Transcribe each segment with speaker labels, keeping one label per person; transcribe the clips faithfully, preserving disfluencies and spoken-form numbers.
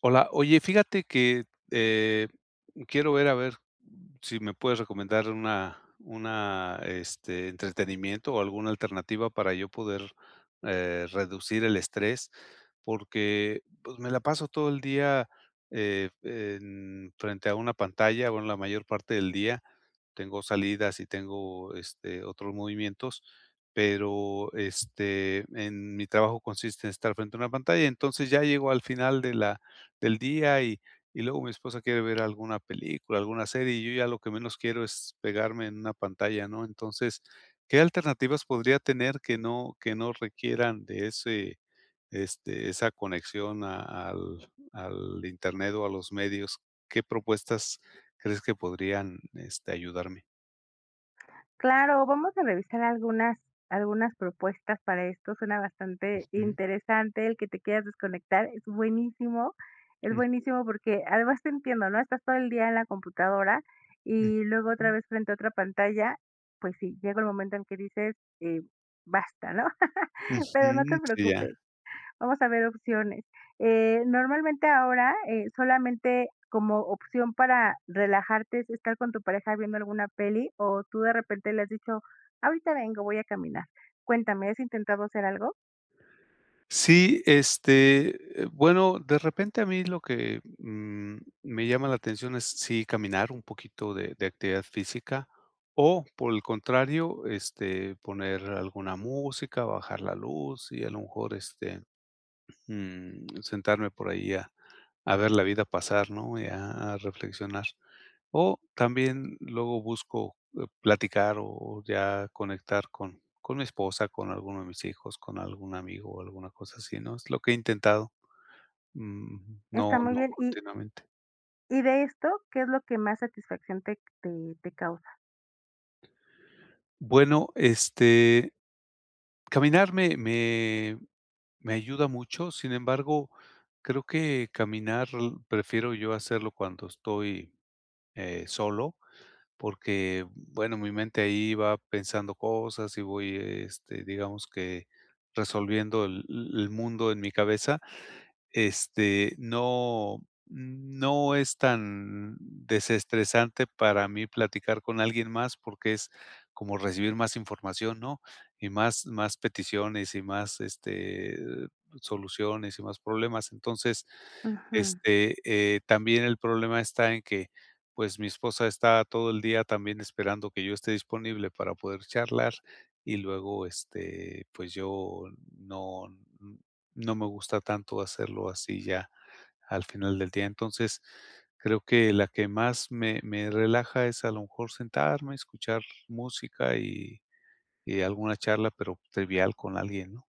Speaker 1: Hola, oye, fíjate que eh, quiero ver a ver si me puedes recomendar una, una este, entretenimiento o alguna alternativa para yo poder eh, reducir el estrés, porque pues, me la paso todo el día eh, en- frente a una pantalla, bueno, la mayor parte del día tengo salidas y tengo este, otros movimientos, pero este, en mi trabajo consiste en estar frente a una pantalla. Entonces ya llego al final de la del día y y luego mi esposa quiere ver alguna película, alguna serie, y yo ya lo que menos quiero es pegarme en una pantalla, ¿no? Entonces, ¿qué alternativas podría tener que no que no requieran de ese, este, esa conexión a al al Internet o a los medios? ¿Qué propuestas crees que podrían, este, ayudarme?
Speaker 2: Claro, vamos a revisar algunas algunas propuestas para esto. Suena bastante
Speaker 1: Ujú,
Speaker 2: interesante el que te quieras desconectar. Es buenísimo, es buenísimo porque además te entiendo, ¿no? Estás todo el día en la computadora
Speaker 1: ujú,
Speaker 2: y luego otra
Speaker 1: ujú,
Speaker 2: vez frente a otra pantalla. Pues sí, llega el momento en que dices, eh, basta, ¿no? Pero no te
Speaker 1: ujú, sí, ya.
Speaker 2: preocupes. Vamos a ver opciones. Eh, normalmente ahora, eh, solamente como opción para relajarte es estar con tu pareja viendo alguna peli, o tú de repente le has dicho, ahorita vengo, voy a caminar. Cuéntame, ¿has intentado hacer algo?
Speaker 1: Sí, este, eh, bueno, de repente a mí lo que mm, me llama la atención es sí caminar un poquito de, de actividad física o por el contrario, este, poner alguna música, bajar la luz y a lo mejor este, Mm, sentarme por ahí a a ver la vida pasar, ¿no? Y a a reflexionar. O también luego busco, eh, platicar o ya conectar con con mi esposa, con alguno de mis hijos, con algún amigo o alguna cosa así, ¿no? Es lo que he intentado, mm, no
Speaker 2: Está muy
Speaker 1: no
Speaker 2: bien. Y,
Speaker 1: continuamente.
Speaker 2: y de esto, ¿qué es lo que más satisfacción te, te, te causa?
Speaker 1: Bueno, este, caminar me me me ayuda mucho, sin embargo, creo que caminar l- prefiero yo hacerlo cuando estoy, eh, solo. Porque, bueno, mi mente ahí va pensando cosas y voy, este, digamos que resolviendo el el mundo en mi cabeza. este, no no es tan desestresante para mí platicar con alguien más, porque es como recibir más información, ¿no? Y más más peticiones y más, este, soluciones y más problemas. Entonces,
Speaker 2: Ujú.
Speaker 1: este, eh, también el problema está en que, pues, mi esposa está todo el día también esperando que yo esté disponible para poder charlar y luego, este, pues, yo no no me gusta tanto hacerlo así ya al final del día. Entonces, creo que la que más me, me relaja es a lo mejor sentarme, escuchar música y, y alguna charla, pero trivial con alguien, ¿no?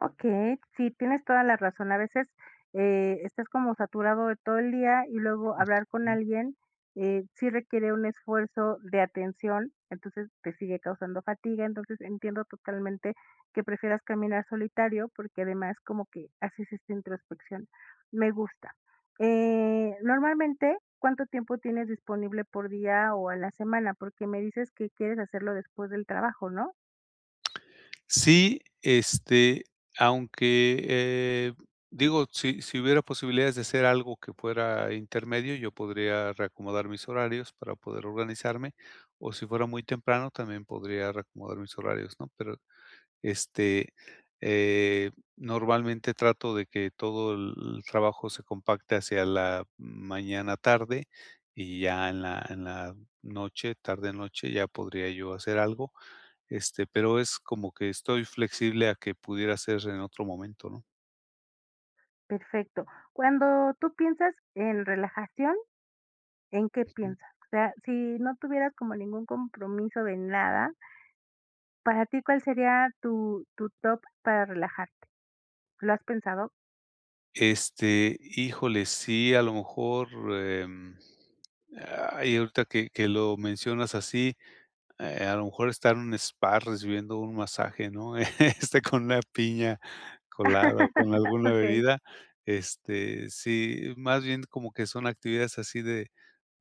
Speaker 2: Okey, sí, tienes toda la razón. A veces, eh, estás como saturado de todo el día, y luego hablar con
Speaker 1: Ujú.
Speaker 2: alguien, eh, sí requiere un esfuerzo de atención, entonces te sigue causando fatiga. Entonces, entiendo totalmente que prefieras caminar solitario, porque además como que haces esta introspección. Me gusta. Eh, normalmente, ¿cuánto tiempo tienes disponible por día o a la semana? Porque me dices que quieres hacerlo después del trabajo, ¿no?
Speaker 1: Sí, este, aunque eh, digo, si, si hubiera posibilidades de hacer algo que fuera intermedio, yo podría reacomodar mis horarios para poder organizarme, o si fuera muy temprano, también podría reacomodar mis horarios, ¿no? Pero Este, eh, normalmente trato de que todo el trabajo se compacte hacia la mañana tarde y ya en la en la noche, tarde noche, ya podría yo hacer algo, este, pero es como que estoy flexible a que pudiera ser en otro momento, ¿no?
Speaker 2: Perfecto. Cuando tú piensas en relajación, ¿en qué
Speaker 1: Ujú.
Speaker 2: piensas? O sea, si no tuvieras como ningún compromiso de nada, para ti, ¿cuál sería tu tu top para relajarte? ¿Lo has pensado?
Speaker 1: Este, híjole, sí, a lo mejor, em, ay, ahorita que que lo mencionas así, Eh, a lo mejor estar en un spa recibiendo un masaje, ¿no? Este, con una piña colada o con alguna
Speaker 2: Okey.
Speaker 1: bebida. Este, sí, más bien como que son actividades así de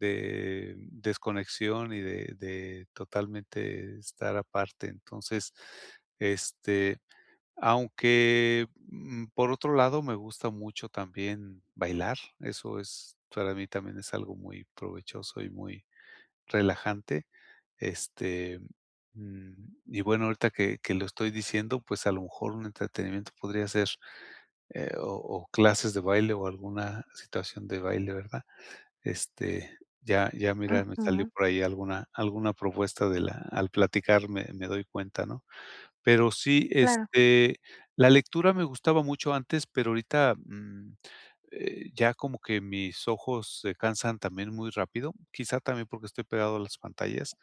Speaker 1: de desconexión y de de totalmente estar aparte. Entonces, este, aunque, mm, por otro lado, me gusta mucho también bailar, eso es para mí también es algo muy provechoso y muy relajante. este, mm, y bueno, ahorita que que lo estoy diciendo, pues, a lo mejor un entretenimiento podría ser, eh, o o clases de baile o alguna situación de baile, ¿verdad? Este, ya ya mira, me salió
Speaker 2: Ujú.
Speaker 1: por ahí alguna alguna propuesta de la al platicar me me doy cuenta, ¿no? Pero sí,
Speaker 2: Claro.
Speaker 1: este, la lectura me gustaba mucho antes, pero ahorita, mm, eh, ya como que mis ojos se cansan también muy rápido, quizá también porque estoy pegado a las pantallas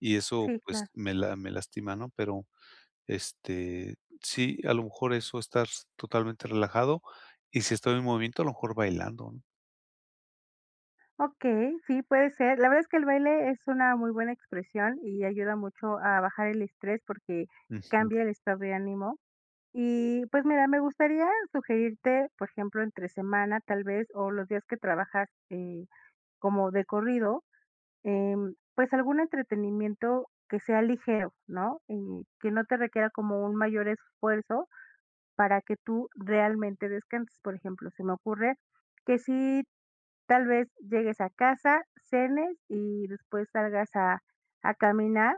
Speaker 1: y eso,
Speaker 2: Sí,
Speaker 1: pues,
Speaker 2: claro.
Speaker 1: me la me lastima, ¿no? Pero, este, sí, a lo mejor eso, estar totalmente relajado y si estoy en movimiento, a lo mejor bailando, ¿no?
Speaker 2: Okey, sí, puede ser. La verdad es que el baile es una muy buena expresión y ayuda mucho a bajar el estrés, porque
Speaker 1: Ujú,
Speaker 2: cambia el estado de ánimo. Y pues mira, me gustaría sugerirte, por ejemplo, entre semana, tal vez, o los días que trabajas, eh, como de corrido, em, pues, algún entretenimiento que sea ligero, ¿no? Eh, que no te requiera como un mayor esfuerzo para que tú realmente descanses. Por ejemplo, se me ocurre que si tal vez llegues a casa, cenes y después salgas a a caminar,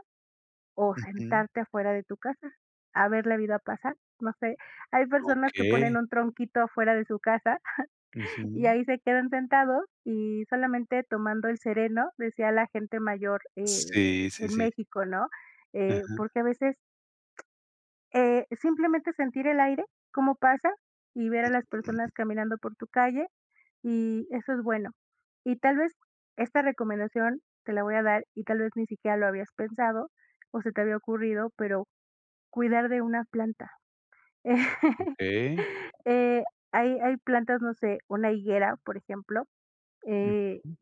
Speaker 2: o
Speaker 1: ujú.
Speaker 2: sentarte afuera de tu casa a ver la vida pasar. No sé, hay personas que
Speaker 1: Okey.
Speaker 2: ponen un tronquito afuera de su casa y
Speaker 1: Ujú.
Speaker 2: ahí se quedan sentados y solamente tomando el sereno, decía la gente mayor, eh,
Speaker 1: Sí, sí,
Speaker 2: en
Speaker 1: sí.
Speaker 2: México, ¿no? Eh,
Speaker 1: Ajá.
Speaker 2: porque a veces eh, simplemente sentir el aire, cómo pasa, y ver a las
Speaker 1: Mm,
Speaker 2: personas caminando por tu calle, y eso es bueno. Y tal vez esta recomendación te la voy a dar, y tal vez ni siquiera lo habías pensado o se te había ocurrido, pero cuidar de una planta.
Speaker 1: okey.
Speaker 2: Eh, hay hay plantas, no sé, una higuera, por ejemplo, eh,
Speaker 1: Ujú.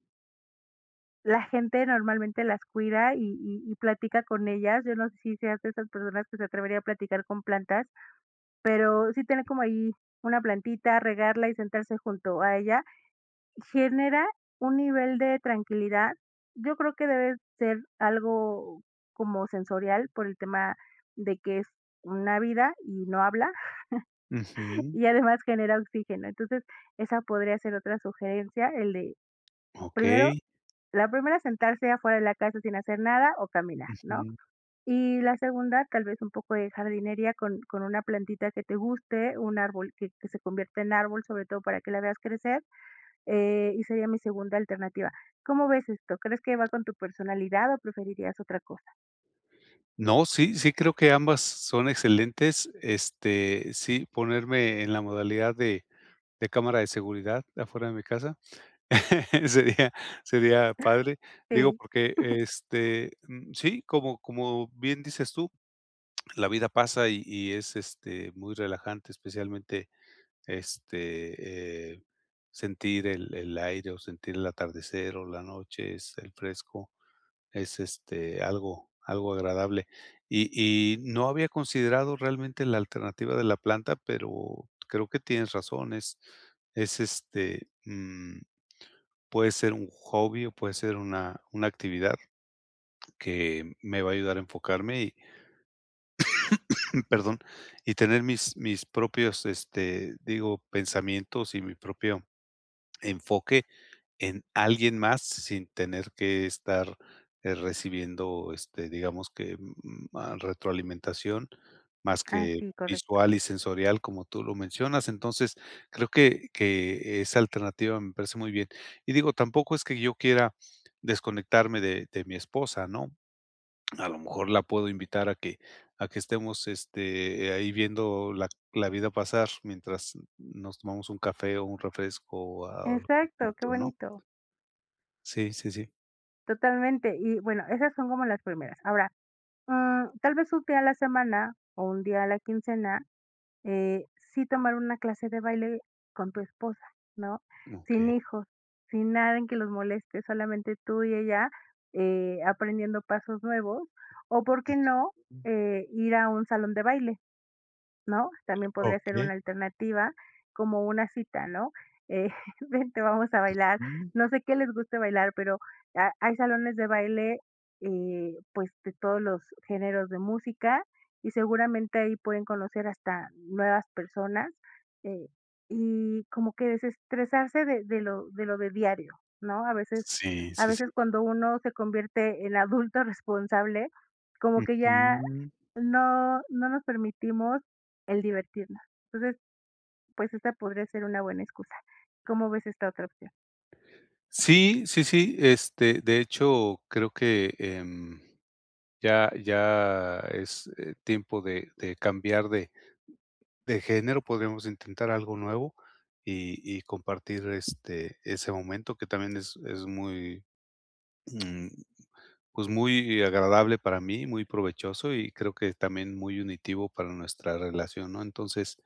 Speaker 2: la gente normalmente las cuida, y y y platica con ellas. Yo no sé si seas de esas personas que se atrevería a platicar con plantas, pero sí tener como ahí una plantita, regarla y sentarse junto a ella, genera un nivel de tranquilidad. Yo creo que debe ser algo como sensorial, por el tema de que es una vida y no habla.
Speaker 1: Ujú.
Speaker 2: Y además genera oxígeno. Entonces, esa podría ser otra sugerencia, el de primero,
Speaker 1: Okey.
Speaker 2: la primera, sentarse afuera de la casa sin hacer nada o caminar, ¿no?
Speaker 1: Mm,
Speaker 2: Y la segunda, tal vez un poco de jardinería con, con una plantita que te guste, un árbol que, que se convierta en árbol, sobre todo para que la veas crecer. Eh, y sería mi segunda alternativa. ¿Cómo ves esto? ¿Crees que va con tu personalidad o preferirías otra cosa?
Speaker 1: no, sí, sí creo que ambas son excelentes. Este, sí, ponerme en la modalidad de de cámara de seguridad afuera de mi casa sería sería padre. Digo,
Speaker 2: Sí.
Speaker 1: porque, este, mm, sí, como como bien dices tú, la vida pasa y y es, este, muy relajante, especialmente, este, eh, sentir el el aire o sentir el atardecer o la noche, es el fresco. Es, este, algo algo agradable. Y y no había considerado realmente la alternativa de la planta, pero creo que tienes razón. Es es, este, mm, Puede ser un hobby o puede ser una una actividad que me va a ayudar a enfocarme y perdón, y tener mis mis propios, este, digo, pensamientos y mi propio enfoque en alguien más sin tener que estar, eh, recibiendo, este, digamos que, mm, ah, retroalimentación más que
Speaker 2: Así, correcto.
Speaker 1: visual y sensorial, como tú lo mencionas. Entonces, creo que que esa alternativa me parece muy bien. Y digo, tampoco es que yo quiera desconectarme de de mi esposa, ¿no? A lo mejor la puedo invitar a que a que estemos, este, ahí viendo la la vida pasar mientras nos tomamos un café o un refresco o algún
Speaker 2: Exacto, qué
Speaker 1: punto, ¿no?
Speaker 2: bonito.
Speaker 1: Sí, sí, sí.
Speaker 2: Totalmente. Y bueno, esas son como las primeras. Ahora, Mm, tal vez un día a la semana o un día a la quincena, eh, sí tomar una clase de baile con tu esposa, ¿no? Sin
Speaker 1: Okey.
Speaker 2: hijos, sin nada en que los moleste, solamente tú y ella, eh, aprendiendo pasos nuevos, o por qué no, eh, ir a un salón de baile, ¿no? También podría ser
Speaker 1: Okey.
Speaker 2: una alternativa, como una cita, ¿no? Eh, vente, vamos a bailar.
Speaker 1: Mm.
Speaker 2: No sé qué les guste bailar, pero ha- hay salones de baile, eh, pues de todos los géneros de música, y seguramente ahí pueden conocer hasta nuevas personas, eh, y como que desestresarse de, de lo, de lo de diario, ¿no? A veces,
Speaker 1: Sí,
Speaker 2: a
Speaker 1: sí, sí.
Speaker 2: veces cuando uno se convierte en adulto responsable, como que ya
Speaker 1: Ujú.
Speaker 2: no, no nos permitimos el divertirnos. Entonces, pues, esta podría ser una buena excusa. ¿Cómo ves esta otra opción?
Speaker 1: Sí, sí, sí, este, de hecho, creo que, em, ya ya es, eh, tiempo de de cambiar de de género, podríamos intentar algo nuevo y y compartir, este, ese momento que también es es muy, mm, pues, muy agradable para mí, muy provechoso y creo que también muy unitivo para nuestra relación, ¿no? Entonces,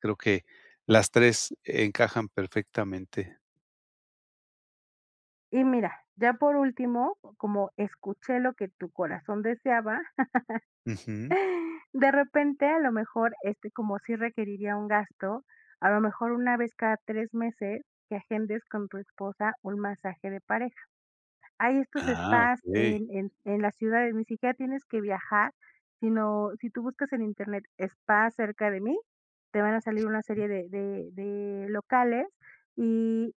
Speaker 1: creo que las tres encajan perfectamente.
Speaker 2: Y mira, ya por último, como escuché lo que tu corazón deseaba,
Speaker 1: Ujú.
Speaker 2: de repente, a lo mejor, este, como si requeriría un gasto, a lo mejor una vez cada tres meses que agendes con tu esposa un masaje de pareja. Hay estos
Speaker 1: Ah,
Speaker 2: spas
Speaker 1: okey.
Speaker 2: en en en las ciudades, ni siquiera tienes que viajar, sino si tú buscas en Internet spa cerca de mí, te van a salir una serie de de de locales y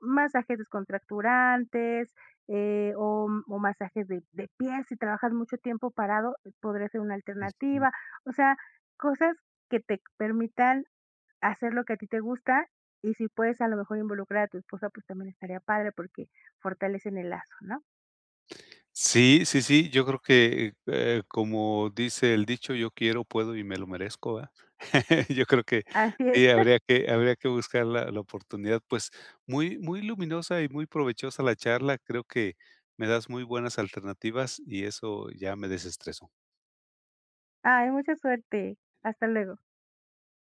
Speaker 2: masajes descontracturantes, eh, o o masajes de de pies, si trabajas mucho tiempo parado, eh, podría ser una
Speaker 1: Ujú.
Speaker 2: alternativa. O sea, cosas que te permitan hacer lo que a ti te gusta, y si puedes a lo mejor involucrar a tu esposa, pues también estaría padre porque fortalecen el lazo, ¿no?
Speaker 1: Sí, sí, sí, yo creo que, eh, como dice el dicho: "Yo quiero, puedo y me lo merezco", ¿verdad? Yo creo que
Speaker 2: Así es.
Speaker 1: sí, habría que habría que buscar la la oportunidad, pues, muy muy luminosa y muy provechosa la charla. Creo que me das muy buenas alternativas y eso ya me desestresó.
Speaker 2: Ay, mucha suerte. Hasta luego.